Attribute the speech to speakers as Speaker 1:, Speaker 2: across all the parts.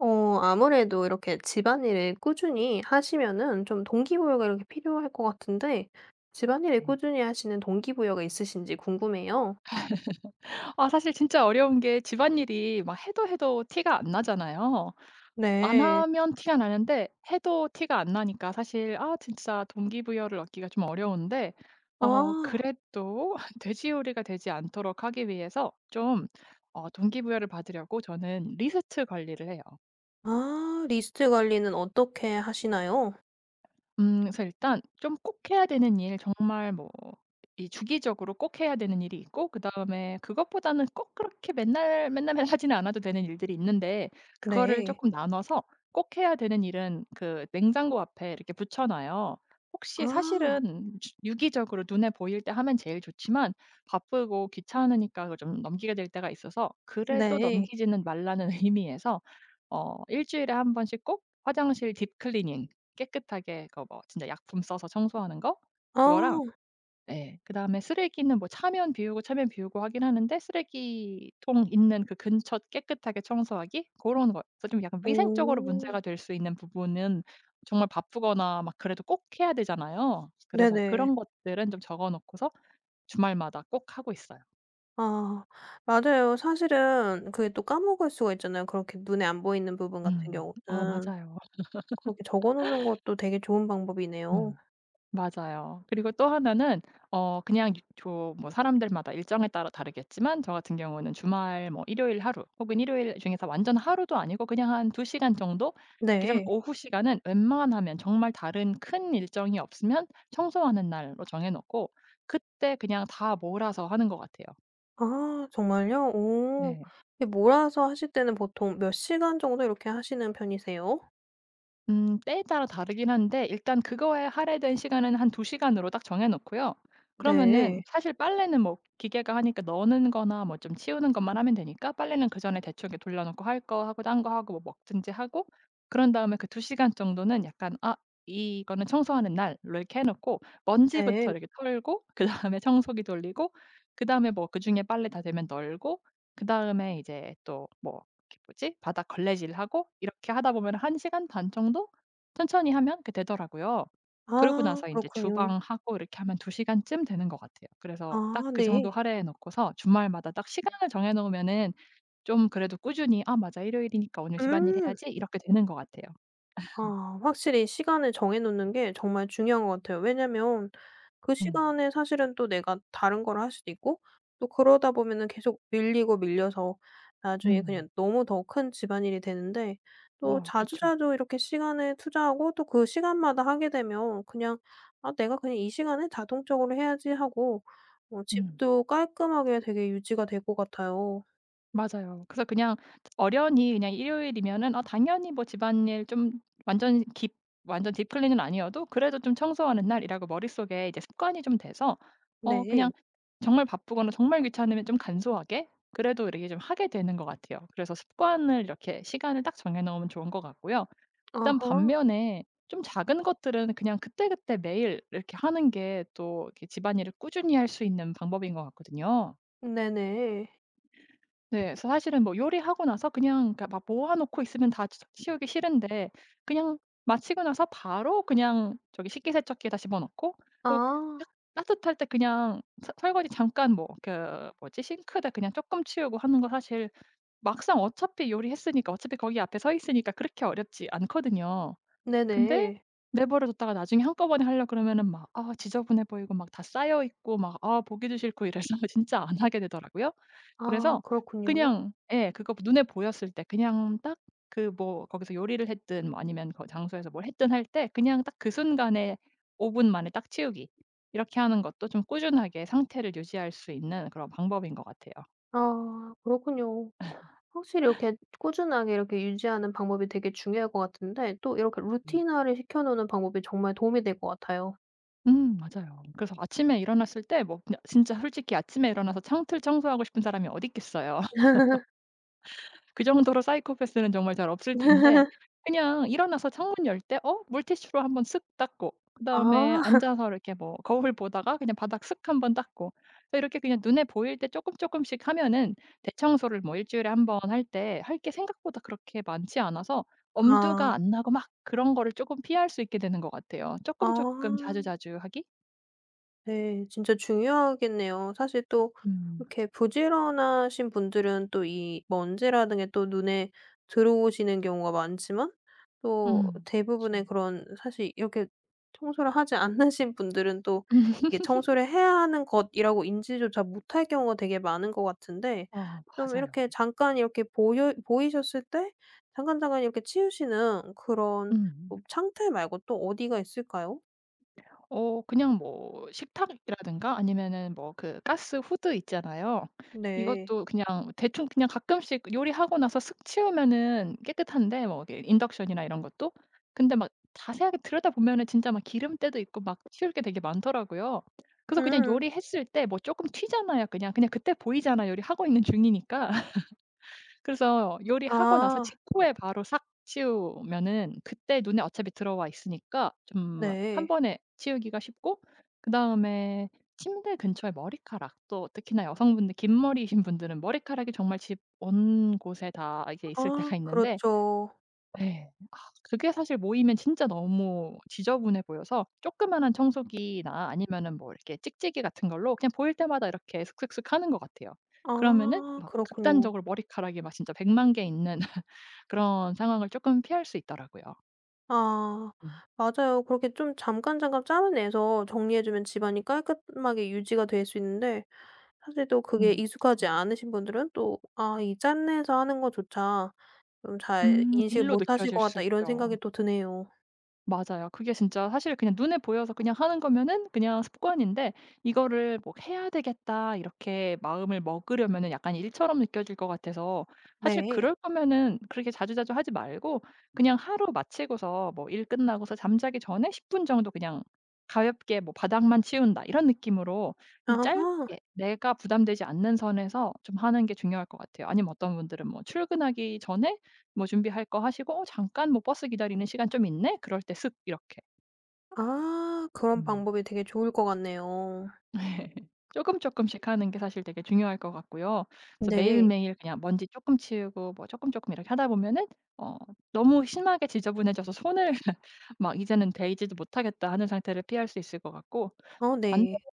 Speaker 1: 아무래도 이렇게 집안일을 꾸준히 하시면은 좀 동기부여가 이렇게 필요할 것 같은데 집안일을
Speaker 2: 네.
Speaker 1: 꾸준히 하시는 동기부여가 있으신지 궁금해요.
Speaker 2: 아 사실 진짜 어려운 게 집안일이 막 해도 해도 티가 안 나잖아요. 안
Speaker 1: 네.
Speaker 2: 하면 티가 나는데 해도 티가 안 나니까 사실 아 진짜 동기부여를 얻기가 좀 어려운데
Speaker 1: 아.
Speaker 2: 그래도 돼지 요리가 되지 않도록 하기 위해서 좀 동기부여를 받으려고 저는 리스트 관리를 해요.
Speaker 1: 아 리스트 관리는 어떻게 하시나요?
Speaker 2: 그래서 일단 좀 꼭 해야 되는 일 정말 뭐 이 주기적으로 꼭 해야 되는 일이 있고, 그다음에 그것보다는 꼭 그렇게 맨날, 맨날, 맨날 하지는 않아도 되는 일들이 있는데, 그거를
Speaker 1: 네.
Speaker 2: 조금 나눠서 꼭 해야 되는 일은 그 냉장고 앞에 이렇게 붙여 놔요. 혹시
Speaker 1: 아
Speaker 2: 사실은 주 유기적으로 눈에 보일 때 하면 제일 좋지만, 바쁘고 귀찮으니까 그걸 좀 넘기게 될 때가 있어서, 그래도
Speaker 1: 네.
Speaker 2: 넘기지는 말라는 의미에서 일 주일에 한 번씩 꼭 화장실 딥클리닝, 깨끗하게 그 뭐 진짜 약품 써서 청소하는 거,
Speaker 1: 아
Speaker 2: 그거랑 예. 그다음에 쓰레기는 뭐 차면 비우고 차면 비우고 하긴 하는데, 쓰레기통 있는 그 근처 깨끗하게 청소하기, 고런 거. 그래서 좀 약간 위생적으로
Speaker 1: 오.
Speaker 2: 문제가 될 수 있는 부분은 정말 바쁘거나 막 그래도 꼭 해야 되잖아요. 그래서
Speaker 1: 네네.
Speaker 2: 그런 것들은 좀 적어 놓고서 주말마다 꼭 하고 있어요.
Speaker 1: 아 맞아요. 사실은 그게 또 까먹을 수가 있잖아요 그렇게 눈에 안 보이는 부분 같은
Speaker 2: 음. 어
Speaker 1: 경우는.
Speaker 2: 맞아요.
Speaker 1: 그렇게 적어 놓는 것도 되게 좋은 방법이네요.
Speaker 2: 음. 맞아요. 그리고 또 하나는, 그냥 유 조 뭐 사람들마다 일정에 따라 다르겠지만, 저 같은 경우는 주말, 뭐 일요일 하루, 혹은 일요일 중에서 완전 하루도 아니고 그냥 한 두 시간 정도 이렇게 좀
Speaker 1: 네.
Speaker 2: 오후 시간은 웬만하면 정말 다른 큰 일정이 없으면 청소하는 날로 정해 놓고, 그때 그냥 다 몰아서 하는 것 같아요.
Speaker 1: 아 정말요? 오.
Speaker 2: 네.
Speaker 1: 이게 몰아서 하실 때는 보통 몇 시간 정도 이렇게 하시는 편이세요?
Speaker 2: 때에 따라 다르긴 한데, 일단 그거에 할애된 시간은 한 두 시간으로 딱 정해 놓고요. 그러면은
Speaker 1: 네.
Speaker 2: 사실 빨래는 뭐 기계가 하니까 넣는 거나 뭐 좀 치우는 것만 하면 되니까, 빨래는 그전에 대충 이렇게 돌려 놓고 할 거 하고, 딴 거 하고, 뭐 먹든지 하고, 그런 다음에 그 두 시간 정도는 약간 '아, 이거는 청소하는 날로.' 이렇게 해 놓고,
Speaker 1: 네.
Speaker 2: 먼지부터 이렇게 털고 그다음에 청소기 돌리고, 그다음에 뭐 그중에 빨래 다 되면 널고, 그다음에 이제 또뭐 이렇게, 뭐지? 바닥 걸레질하고 이렇게 하다 보면 한 시간 반 정도, 천천히 하면 그 되더라고요. 그러고
Speaker 1: 아
Speaker 2: 나서 인제
Speaker 1: 그렇군요.
Speaker 2: 주방하고 이렇게 하면 두 시간쯤 되는 것 같아요. 그래서 딱
Speaker 1: 아
Speaker 2: 그 정도
Speaker 1: 네.
Speaker 2: 할애해 놓고서 주말마다 딱 시간을 정해 놓으면은 좀 그래도 꾸준히 '아 맞아. 일요일이니까 오늘 집안일
Speaker 1: 음.
Speaker 2: 해야지.' 이렇게 되는 것 같아요.
Speaker 1: 아 확실히 시간을 정해 놓는 게 정말 중요한 것 같아요. 왜냐면 그
Speaker 2: 음.
Speaker 1: 시간에 사실은 또 내가 다른 걸 할 수도 있고 또 그러다 보면은 계속 밀리고 밀려서 나중에
Speaker 2: 음.
Speaker 1: 그냥 너무 더 큰 집안일이 되는데 또
Speaker 2: 어 그렇죠.
Speaker 1: 자주자주 이렇게 시간을 투자하고 또 그 시간마다 하게 되면 그냥 '아 내가 그냥 이 시간에 자동적으로 해야지.' 하고
Speaker 2: 음.
Speaker 1: 집도 깔끔하게 되게 유지가 될 것 같아요.
Speaker 2: 맞아요. 그래서 그냥 어련히 그냥 일요일이면은, 아 당연히 뭐 집안일 좀, 완전 깊 완전 딥클린은 아니어도 그래도 좀 청소하는 날이라고 머릿속에 이제 습관이 좀 돼서 그냥
Speaker 1: 네.
Speaker 2: 정말 바쁘거나 정말 귀찮으면 좀 간소하게 그래도 이렇게 좀 하게 되는 것 같아요. 그래서 습관을 이렇게 시간을 딱 정해 놓으면 좋은 것 같고요. 일단
Speaker 1: 아하.
Speaker 2: 반면에 좀 작은 것들은 그냥 그때그때 매일 이렇게 하는 게 또 이렇게 집안일을 꾸준히 할 수 있는 방법인 것 같거든요.
Speaker 1: 네네.
Speaker 2: 네. 그래서 사실은 뭐 요리하고 나서, 그냥 그러니까 막 모아 놓고 있으면 다 치 치우기 싫은데, 그냥 마치고 나서 바로 그냥 저기 식기세척기에다 집어 넣고, 뭐
Speaker 1: 아
Speaker 2: 딱 따뜻할 때 그냥 서 설거지 잠깐, 뭐 그 뭐지, 싱크대 그냥 쪼끔 치우고 하는 거, 사실 막상 어차피 요리했으니까, 어차피 거기 앞에 서 있으니까 그렇게 어렵지 않거든요. 근데
Speaker 1: 네네.
Speaker 2: 내버려 뒀다가 나중에 한꺼번에 하려 그러면은 막, 아 지저분해 보이고, 막 다 쌓여 있고, 막 아 보기도 싫고, 이래서 진짜 안 하게 되더라고요.
Speaker 1: 아
Speaker 2: 그래서
Speaker 1: 그렇군요.
Speaker 2: 그냥 예, 그거 눈에 보였을 때 그냥 딱, 그 뭐 거기서 요리를 했든, 뭐 아니면 그 장소에서 뭘 했든, 할 때 그냥 딱 그 순간에 5분 만에 딱 치우기. 이렇게 하는 것도 좀 꾸준하게 상태를 유지할 수 있는 그런 방법인 것 같아요.
Speaker 1: 아 그렇군요. 확실히 이렇게 꾸준하게 이렇게 유지하는 방법이 되게 중요할 것 같은데 또 이렇게
Speaker 2: 음.
Speaker 1: 루틴화를 시켜 놓는 방법이 정말 도움이 될 것 같아요.
Speaker 2: 맞아요. 그래서 아침에 일어났을 때, 뭐 그냥 진짜 솔직히 아침에 일어나서 창틀 청소하고 싶은 사람이 어디 있겠어요. 그 정도로 사이코패스는 정말 잘 없을 텐데, 그냥 일어나서 창문 열 때 물티슈로 한번 쓱 닦고, 그다음에
Speaker 1: 아.
Speaker 2: 앉아서 이렇게 뭐 거울 보다가 그냥 바닥 쓱 한번 닦고, 그래서 이렇게 그냥 눈에 보일 때 조금 조금씩 하면은 대청소를 뭐 일 주일에 한번 할 때 할 게 생각보다 그렇게 많지 않아서
Speaker 1: 아.
Speaker 2: 엄두가 안 나고, 막 그런 거를 조금 피할 수 있게 되는 것 같아요.
Speaker 1: 아.
Speaker 2: 조금 조금 자주자주 하기?
Speaker 1: 네. 진짜 중요하겠네요. 사실 또
Speaker 2: 음.
Speaker 1: 이렇게 부지런하신 분들은 또 이 먼지라는 게 또 눈에 들어오시는 경우가 많지만 또
Speaker 2: 음.
Speaker 1: 대부분의
Speaker 2: 맞아요.
Speaker 1: 그런 사실 이렇게 청소를 하지 않으신 분들은 또
Speaker 2: 음.
Speaker 1: 이게 청소를 해야 하는 것이라고 인지조차 못할 경우가 되게 많은 것 같은데
Speaker 2: 아
Speaker 1: 좀
Speaker 2: 맞아요.
Speaker 1: 이렇게 잠깐 이렇게 보여 보이셨을 때 잠깐잠깐 이렇게 치우시는 그런
Speaker 2: 음.
Speaker 1: 뭐 창틀 말고 또 어디가 있을까요?
Speaker 2: 그냥 뭐 식탁이라든가 아니면은 뭐 그 가스 후드 있잖아요.
Speaker 1: 네.
Speaker 2: 이것도 그냥 대충 그냥 가끔씩 요리하고 나서 슥 치우면은 깨끗한데, 뭐 이게 인덕션이나 이런 것도. 근데 막 자세하게 들여다보면은 진짜 막 기름때도 있고 막 치울 게 되게 많더라고요. 그래서 그냥
Speaker 1: 음.
Speaker 2: 요리했을 때 뭐 쪼끔 튀잖아요, 그냥. 그냥 그때 보이잖아요, 요리하고 있는 중이니까. 그래서 요리하고 나서
Speaker 1: 아
Speaker 2: 직후에 바로 싹 치우면은 그때 눈에 어차피 들어와 있으니까 좀 한
Speaker 1: 네.
Speaker 2: 번에 치우기가 쉽고, 그다음에 침대 근처에 머리카락, 또 특히나 여성분들 긴 머리이신 분들은 머리카락이 정말 집 온 곳에 다 이게 있을
Speaker 1: 아
Speaker 2: 때가 있는데.
Speaker 1: 그렇죠.
Speaker 2: 예. 그게 사실 모이면 진짜 너무 지저분해 보여서, 조그마한 청소기나 아니면은 뭐 이렇게 찍찍이 같은 걸로 그냥 보일 때마다 이렇게 슥슥슥 하는 것 같아요. 그러면은
Speaker 1: 아
Speaker 2: 막
Speaker 1: 그렇군요.
Speaker 2: 극단적으로 머리카락이 막 진짜 100개 있는 그런 상황을 조금 피할 수 있더라고요.
Speaker 1: 아
Speaker 2: 음.
Speaker 1: 맞아요. 그렇게 좀 잠깐잠깐 짬을 내서 정리해 주면 집안이 깔끔하게 유지가 될 수 있는데 사실 또 그게
Speaker 2: 음.
Speaker 1: 익숙하지
Speaker 2: 요
Speaker 1: 않으신 분들은 또 '아 이 짬 내서 하는 것조차 좀 잘 인식
Speaker 2: 일로
Speaker 1: 못 하실
Speaker 2: 느껴질
Speaker 1: 것
Speaker 2: 수
Speaker 1: 같다.' 이런 생각이
Speaker 2: 있죠.
Speaker 1: 또 드네요.
Speaker 2: 맞아요. 그게 진짜 사실 그냥 눈에 보여서 그냥 하는 거면은 그냥 습관인데, 이거를 뭐 '해야 되겠다.' 이렇게 마음을 먹으려면은 약간 일처럼 느껴질 것 같아서. 사실
Speaker 1: 네.
Speaker 2: 그럴 거면은 그렇게 자주자주 하지 말고, 그냥 하루 마치고서 뭐 일 끝나고서 잠자기 전에 10분 정도 그냥 가볍게 뭐 '바닥만 치운다.' 이런 느낌으로 좀
Speaker 1: 아하.
Speaker 2: 짧게 내가 부담되지 않는 선에서 좀 하는 게 중요할 것 같아요. 아니면 어떤 분들은 뭐 출근하기 전에 뭐 준비할 거 하시고 '어 잠깐 뭐 버스 기다리는 시간 좀 있네.' 그럴 때 슥 이렇게.
Speaker 1: 아 그런
Speaker 2: 음.
Speaker 1: 방법이 되게 좋을 것 같네요.
Speaker 2: 금조금씩 하는 게 사실 되게 중요할 것 같고요. 그래서
Speaker 1: 네.
Speaker 2: 매일매일 그냥 먼지 조금 치우고 뭐 조금 조금 이렇게 하다 보면은 어 너무 심하게 지저분해져서 손을 막 이제는 대지도 못하겠다 하는 상태를 피할 수 있을 것 같고,
Speaker 1: 어
Speaker 2: 반대로
Speaker 1: 네.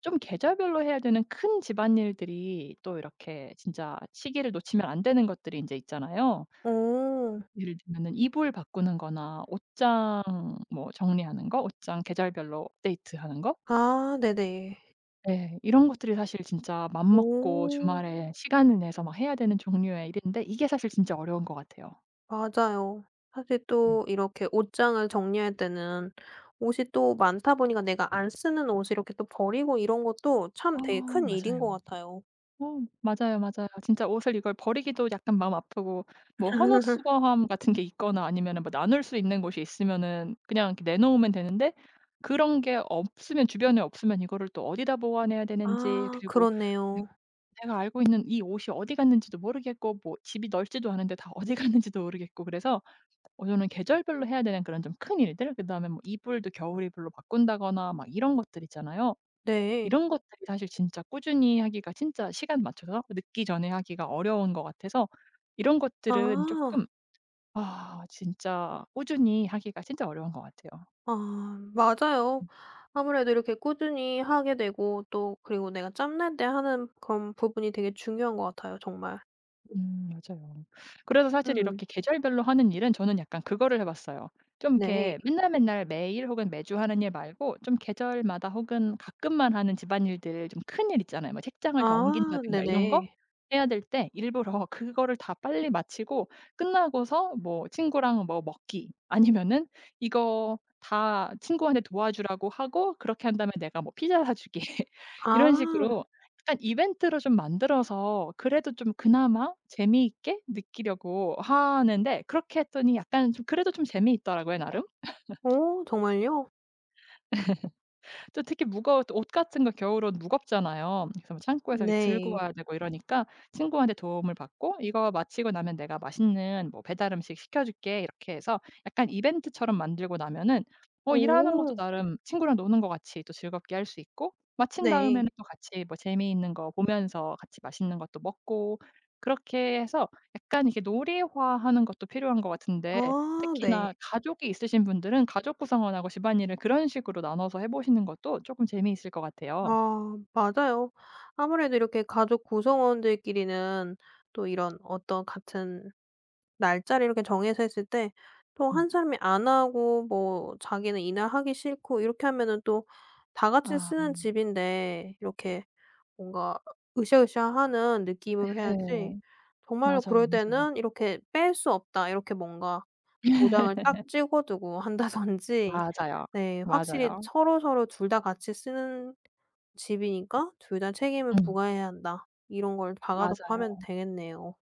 Speaker 2: 좀 계절별로 해야 되는 큰 집안일들이 또 이렇게 진짜 시기를 놓치면 안 되는 것들이 이제 있잖아요.
Speaker 1: 오오.
Speaker 2: 예를 들면은 이불 바꾸는 거나 옷장 뭐 정리하는 거, 옷장 계절별로 업데이트하는 거,
Speaker 1: 아 네네.
Speaker 2: 예 이런 것들이 사실 진짜 맘 먹고
Speaker 1: 오.
Speaker 2: 주말에 시간을 내서 막 해야 되는 종류의 일인데, 이게 사실 진짜 어려운 것 같아요.
Speaker 1: 맞아요. 사실
Speaker 2: 네.
Speaker 1: 또 이렇게 옷장을 정리할 때는 옷이 또 많다 보니까 내가 안 쓰는 옷을 이렇게 또 버리고 이런 것도 참
Speaker 2: 아
Speaker 1: 되게 큰 일인
Speaker 2: 맞아요.
Speaker 1: 것 같아요.
Speaker 2: 어 맞아요, 맞아요. 진짜 옷을 이걸 버리기도 약간 마음 아프고, 뭐 헌옷 수거함 같은 게 있거나 아니면은 뭐 나눌 수 있는 곳이 있으면은 그냥 이렇게 내놓으면 되는데, 그런 게 없으면, 주변에 없으면 이거를 또 어디다 보관해야 되는지,
Speaker 1: 아
Speaker 2: 그리고
Speaker 1: 그렇네요.
Speaker 2: 내가 알고 있는 이 옷이 어디 갔는지도 모르겠고, 뭐 집이 넓지도 않은데 다 어디 갔는지도 모르겠고. 그래서 저는 계절별로 해야 되는 그런 좀 큰 일들, 그다음에 뭐 이불도 겨울 이불로 바꾼다거나 막 이런 것들 있잖아요.
Speaker 1: 네.
Speaker 2: 이런 것들이 사실 진짜 꾸준히 하기가, 진짜 시간 맞춰서 늦기 전에 하기가 어려운 것 같아서, 이런 것들은 쪼끔,
Speaker 1: 아.
Speaker 2: 아 진짜 꾸준히 하기가 진짜 어려운 것 같아요.
Speaker 1: 아 맞아요. 아무래도 이렇게 꾸준히 하게 되고 또 그리고 내가 짬날 때 하는 그런 부분이 되게 중요한 것 같아요 정말.
Speaker 2: 맞아요. 그래서 사실
Speaker 1: 음
Speaker 2: 이렇게 계절별로 하는 일은 저는 약간 그거를 해 봤어요. 좀
Speaker 1: 네.
Speaker 2: 이렇게 맨날 맨날 매일 혹은 매주 하는 일 말고, 좀 계절마다 혹은 가끔만 하는 집안일들, 좀 큰 일 있잖아요. 뭐 책장을 다
Speaker 1: 아
Speaker 2: 옮긴다든가 이런 거
Speaker 1: 네네.
Speaker 2: 해야 될 때 일부러 그거를 다 빨리 마치고 끝나고서 뭐 친구랑 뭐 먹기, 아니면은 이거 다 친구한테 도와주라고 하고 그렇게 한 다음에 내가 뭐 피자 사 주기 이런
Speaker 1: 아.
Speaker 2: 식으로 약간 이벤트로 좀 만들어서 그래도 좀 그나마 재미있게 느끼려고 하는데, 그렇게 했더니 약간 좀 그래도 좀 재미있더라고요, 나름.
Speaker 1: 오 정말요?
Speaker 2: 또 특히 무거워 옷 같은 거 겨울옷 무겁잖아요. 그래서 뭐 창고에서 이렇게 들고
Speaker 1: 네.
Speaker 2: 와야 되고 이러니까, 친구한테 도움을 받고 "이거 마치고 나면 내가 맛있는 뭐 배달 음식 시켜 줄게." 이렇게 해서 약간 이벤트처럼 만들고 나면은 일하는 것도
Speaker 1: 오.
Speaker 2: 나름 친구랑 노는 것 같이 또 즐겁게 할 수 있고, 마친
Speaker 1: 네.
Speaker 2: 다음에는 또 같이 뭐 재미있는 거 보면서 같이 맛있는 것도 먹고, 그렇게 해서 약간 이렇게 놀이화하는 것도 필요한 것 같은데,
Speaker 1: 아 네.
Speaker 2: 특히나 가족이 있으신 분들은 가족 구성원하고 집안일을 그런 식으로 나눠서 해 보시는 것도 조금 재미있을 것 같아요.
Speaker 1: 아 맞아요. 아무래도 이렇게 가족 구성원들끼리는 또 이런 어떤 같은 날짜를 이렇게 정해서 했을 때 또
Speaker 2: 음.
Speaker 1: 한 사람이 안 하고 뭐 자기는 이날 하기 싫고 이렇게 하면은 또 다 같이
Speaker 2: 아
Speaker 1: 쓰는 집인데 이렇게 뭔가 으쌰으쌰하는 느낌으로 해야지
Speaker 2: 네.
Speaker 1: 정말로
Speaker 2: 맞아요,
Speaker 1: 그럴
Speaker 2: 맞아요.
Speaker 1: 때는 이렇게 '뺄 수 없다.' 이렇게 뭔가 도장을 딱 찍어 두고 한다든지
Speaker 2: 맞아요.
Speaker 1: 네 확실히
Speaker 2: 맞아요.
Speaker 1: 서로서로 둘 다 같이 쓰는 집이니까 '둘 다 책임을
Speaker 2: 음.
Speaker 1: 부과해야 한다.' 이런 걸 박아 놓고
Speaker 2: 맞아요.
Speaker 1: 하면 되겠네요.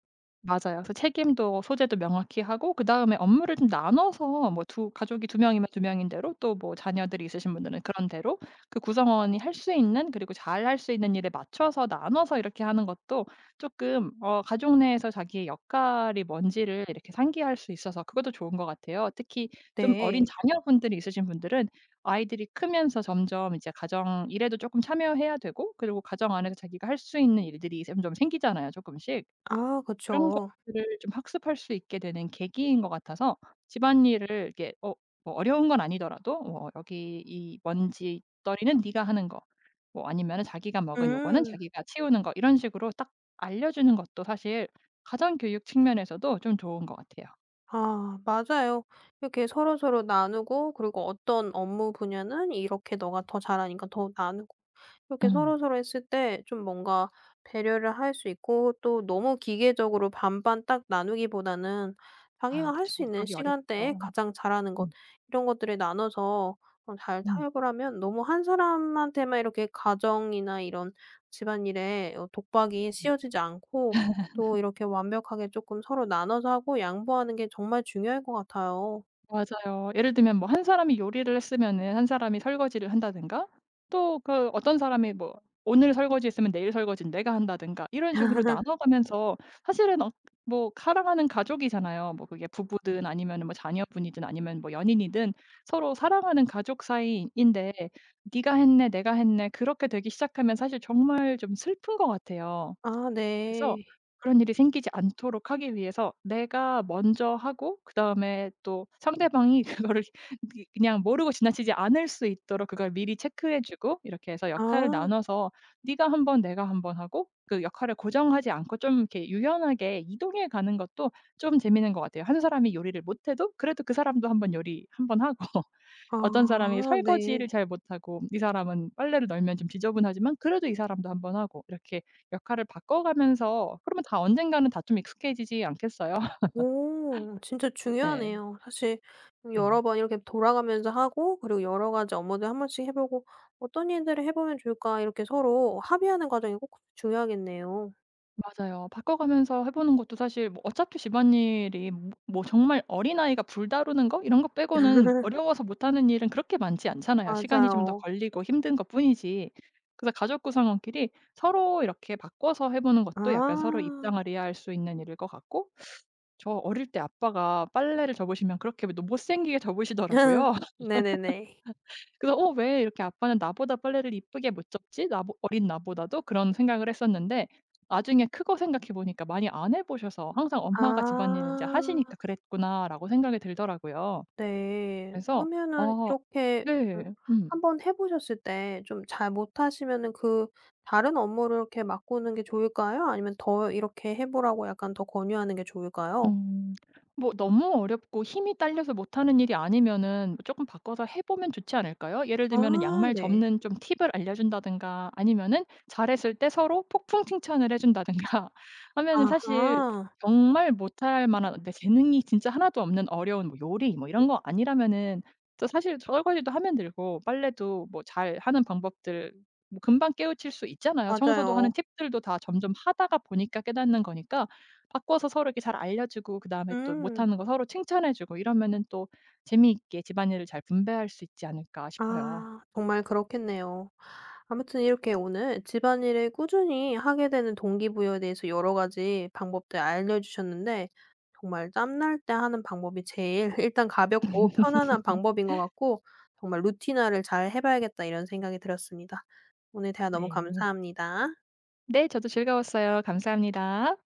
Speaker 2: 맞아요. 그래서 책임도 소재도 명확히 하고, 그다음에 업무를 좀 나눠서, 뭐 두 가족이 두 명이면 두 명인 대로, 또 뭐 자녀들이 있으신 분들은 그런 대로 그 구성원이 할 수 있는, 그리고 잘 할 수 있는 일에 맞춰서 나눠서 이렇게 하는 것도 조금 가족 내에서 자기의 역할이 뭔지를 이렇게 상기할 수 있어서 그것도 좋은 것 같아요. 특히 좀 어린
Speaker 1: 네.
Speaker 2: 자녀분들이 있으신 분들은, 아이들이 크면서 점점 이제 가정 일에도 조금 참여해야 되고, 그리고 가정 안에서 자기가 할 수 있는 일들이 점점 생기잖아요, 조금씩.
Speaker 1: 아
Speaker 2: 그런
Speaker 1: 그쵸.
Speaker 2: 것들을 좀 학습할 수 있게 되는 계기인 것 같아서, 집안일을 이렇게 뭐 어려운 건 아니더라도 뭐 "여기 이 먼지떨이는 네가 하는 거." 뭐 아니면은 "자기가 먹은 요거는
Speaker 1: 음.
Speaker 2: 자기가 치우는 거." 이런 식으로 딱 알려 주는 것도 사실 가정 교육 측면에서도 좀 좋은 것 같아요.
Speaker 1: 아 맞아요. 이렇게 서로서로 나누고 그리고 어떤 업무 분야는 이렇게 너가 더 잘하니까 더 나누고 그렇게
Speaker 2: 음.
Speaker 1: 서로서로 했을 때 좀 뭔가 배려를 할 수 있고 또 너무 기계적으로 반반 딱 나누기보다는
Speaker 2: 아
Speaker 1: 자기가 할
Speaker 2: 그쵸.
Speaker 1: 수 있는
Speaker 2: 그러기
Speaker 1: 시간대에
Speaker 2: 어렵죠.
Speaker 1: 가장 잘하는 것
Speaker 2: 음.
Speaker 1: 이런 것들을 나눠서 잘
Speaker 2: 음.
Speaker 1: 타협을 하면 너무 한 사람한테만 이렇게 가정이나 이런 집안일에 독박이 씌워지지 않고 또 이렇게 완벽하게 쪼끔 서로 나눠서 하고 양보하는 게 정말 중요할 것 같아요.
Speaker 2: 맞아요. 예를 들면 뭐 한 사람이 요리를 했으면은 한 사람이 설거지를 한다든가, 또 그 어떤 사람이 뭐 오늘 설거지했으면 내일 설거지는 내가 한다든가, 이런 식으로 나눠 가면서, 사실은 뭐 사랑하는 가족이잖아요. 뭐 그게 부부든 아니면 뭐 자녀분이든 아니면 뭐 연인이든 서로 사랑하는 가족 사이인데, "네가 했네. 내가 했네." 그렇게 되기 시작하면 사실 정말 좀 슬픈 것 같아요.
Speaker 1: 아
Speaker 2: 그래서
Speaker 1: 네.
Speaker 2: 그런 일이 생기지 않도록 하기 위해서 내가 먼저 하고, 그다음에 또 상대방이 그거를 이 그냥 모르고 지나치지 않을 수 있도록 그걸 미리 체크해 주고, 이렇게 해서 역할을
Speaker 1: 아.
Speaker 2: 나눠서 네가 한 번, 내가 한 번 하고, 그 역할을 고정하지 않고 좀 이렇게 유연하게 이동해 가는 것도 좀 재미있는 것 같아요. 한 사람이 요리를 못해도 그래도 그 사람도 한 번 요리 한 번 하고.
Speaker 1: 아
Speaker 2: 어떤 사람이
Speaker 1: 네.
Speaker 2: 설거지를 잘 못하고 이 사람은 빨래를 널면 좀 지저분하지만 그래도 이 사람도 한번 하고, 이렇게 역할을 바꿔가면서, 그러면 다 언젠가는 다 좀 익숙해지지 않겠어요?
Speaker 1: 오 진짜
Speaker 2: 네.
Speaker 1: 중요하네요. 사실 여러
Speaker 2: 네.
Speaker 1: 번 이렇게 돌아가면서 하고 그리고 여러 가지 업무들 한 번씩 해 보고 '어떤 일들을 해 보면 좋을까.' 이렇게 서로 합의하는 과정이 꼭 중요하겠네요.
Speaker 2: 맞아요. 바꿔가면서 해 보는 것도 사실 뭐 어차피 집안일이 뭐 뭐 정말 어린아이가 불 다루는 거 이런 거 빼고는 어려워서 못하는 일은 그렇게 많지 않잖아요. 시간이 좀 더
Speaker 1: 맞아요.
Speaker 2: 걸리고 힘든 것뿐이지. 그래서 가족 구성원끼리 서로 이렇게 바꿔서 해 보는 것도 약간 서로
Speaker 1: 아.
Speaker 2: 입장을 이해할 수 있는 일일 것 같고, 저 어릴 때 아빠가 빨래를 접으시면 그렇게 너 못생기게 접으시더라고요.
Speaker 1: 네네네.
Speaker 2: 그래서 '어 왜 이렇게 아빠는 나보다 빨래를 이쁘게 못 접지? 나보 어린 나보다도?' 그런 생각을 했었는데, 나중에 크고 생각해 보니까 많이 안 해 보셔서 항상
Speaker 1: 아
Speaker 2: 엄마가 집안일을 이제 하시니까 그랬구나라고 생각이 들더라고요.
Speaker 1: 네.
Speaker 2: 그래서
Speaker 1: 그러면은
Speaker 2: 어
Speaker 1: 이렇게
Speaker 2: 네. 음.
Speaker 1: 음번해 보셨을 때 좀 잘 못하시면은 그 다른 업무를 이렇게 바꾸는 게 좋을까요? 아니면 더 이렇게 해 보라고 약간 더 권유하는 게 좋을까요?
Speaker 2: 음. 뭐 너무 어렵고 힘이 딸려서 못하는 일이 아니면은 뭐 조금 바꿔서 해 보면 좋지 않을까요? 예를 들면은
Speaker 1: 아
Speaker 2: 양말
Speaker 1: 네.
Speaker 2: 접는 좀 팁을 알려준다든가, 아니면은 잘했을 때 서로 폭풍 칭찬을 해 준다든가 하면은 사실
Speaker 1: 아하.
Speaker 2: 정말 못할 만한, 내 재능이 진짜 하나도 없는 어려운 뭐 요리 뭐 이런 거 아니라면은, 또 사실 설거지도 하면 되고 빨래도 뭐 잘하는 방법들 뭐 금방 깨우칠 수 있잖아요. 청소도 하는
Speaker 1: 맞아요.
Speaker 2: 팁들도 다 점점 하다가 보니까 깨닫는 거니까, 바꿔서 서로 이렇게 잘 알려주고, 그다음에 또
Speaker 1: 음.
Speaker 2: 못하는 거 서로 칭찬해 주고 이러면은 또 재미있게 집안일을 잘 분배할 수 있지 않을까 싶어요.
Speaker 1: 아 정말 그렇겠네요. 아무튼 이렇게 오늘 집안일을 꾸준히 하게 되는 동기부여에 대해서 여러 가지 방법들 알려주셨는데 정말 짬날 때 하는 방법이 제일 일단 가볍고 편안한 방법인 것 같고 정말 루틴화를 잘 해 봐야겠다 이런 생각이 들었습니다. 오늘 대화 너무
Speaker 2: 네.
Speaker 1: 감사합니다.
Speaker 2: 네 저도 즐거웠어요. 감사합니다.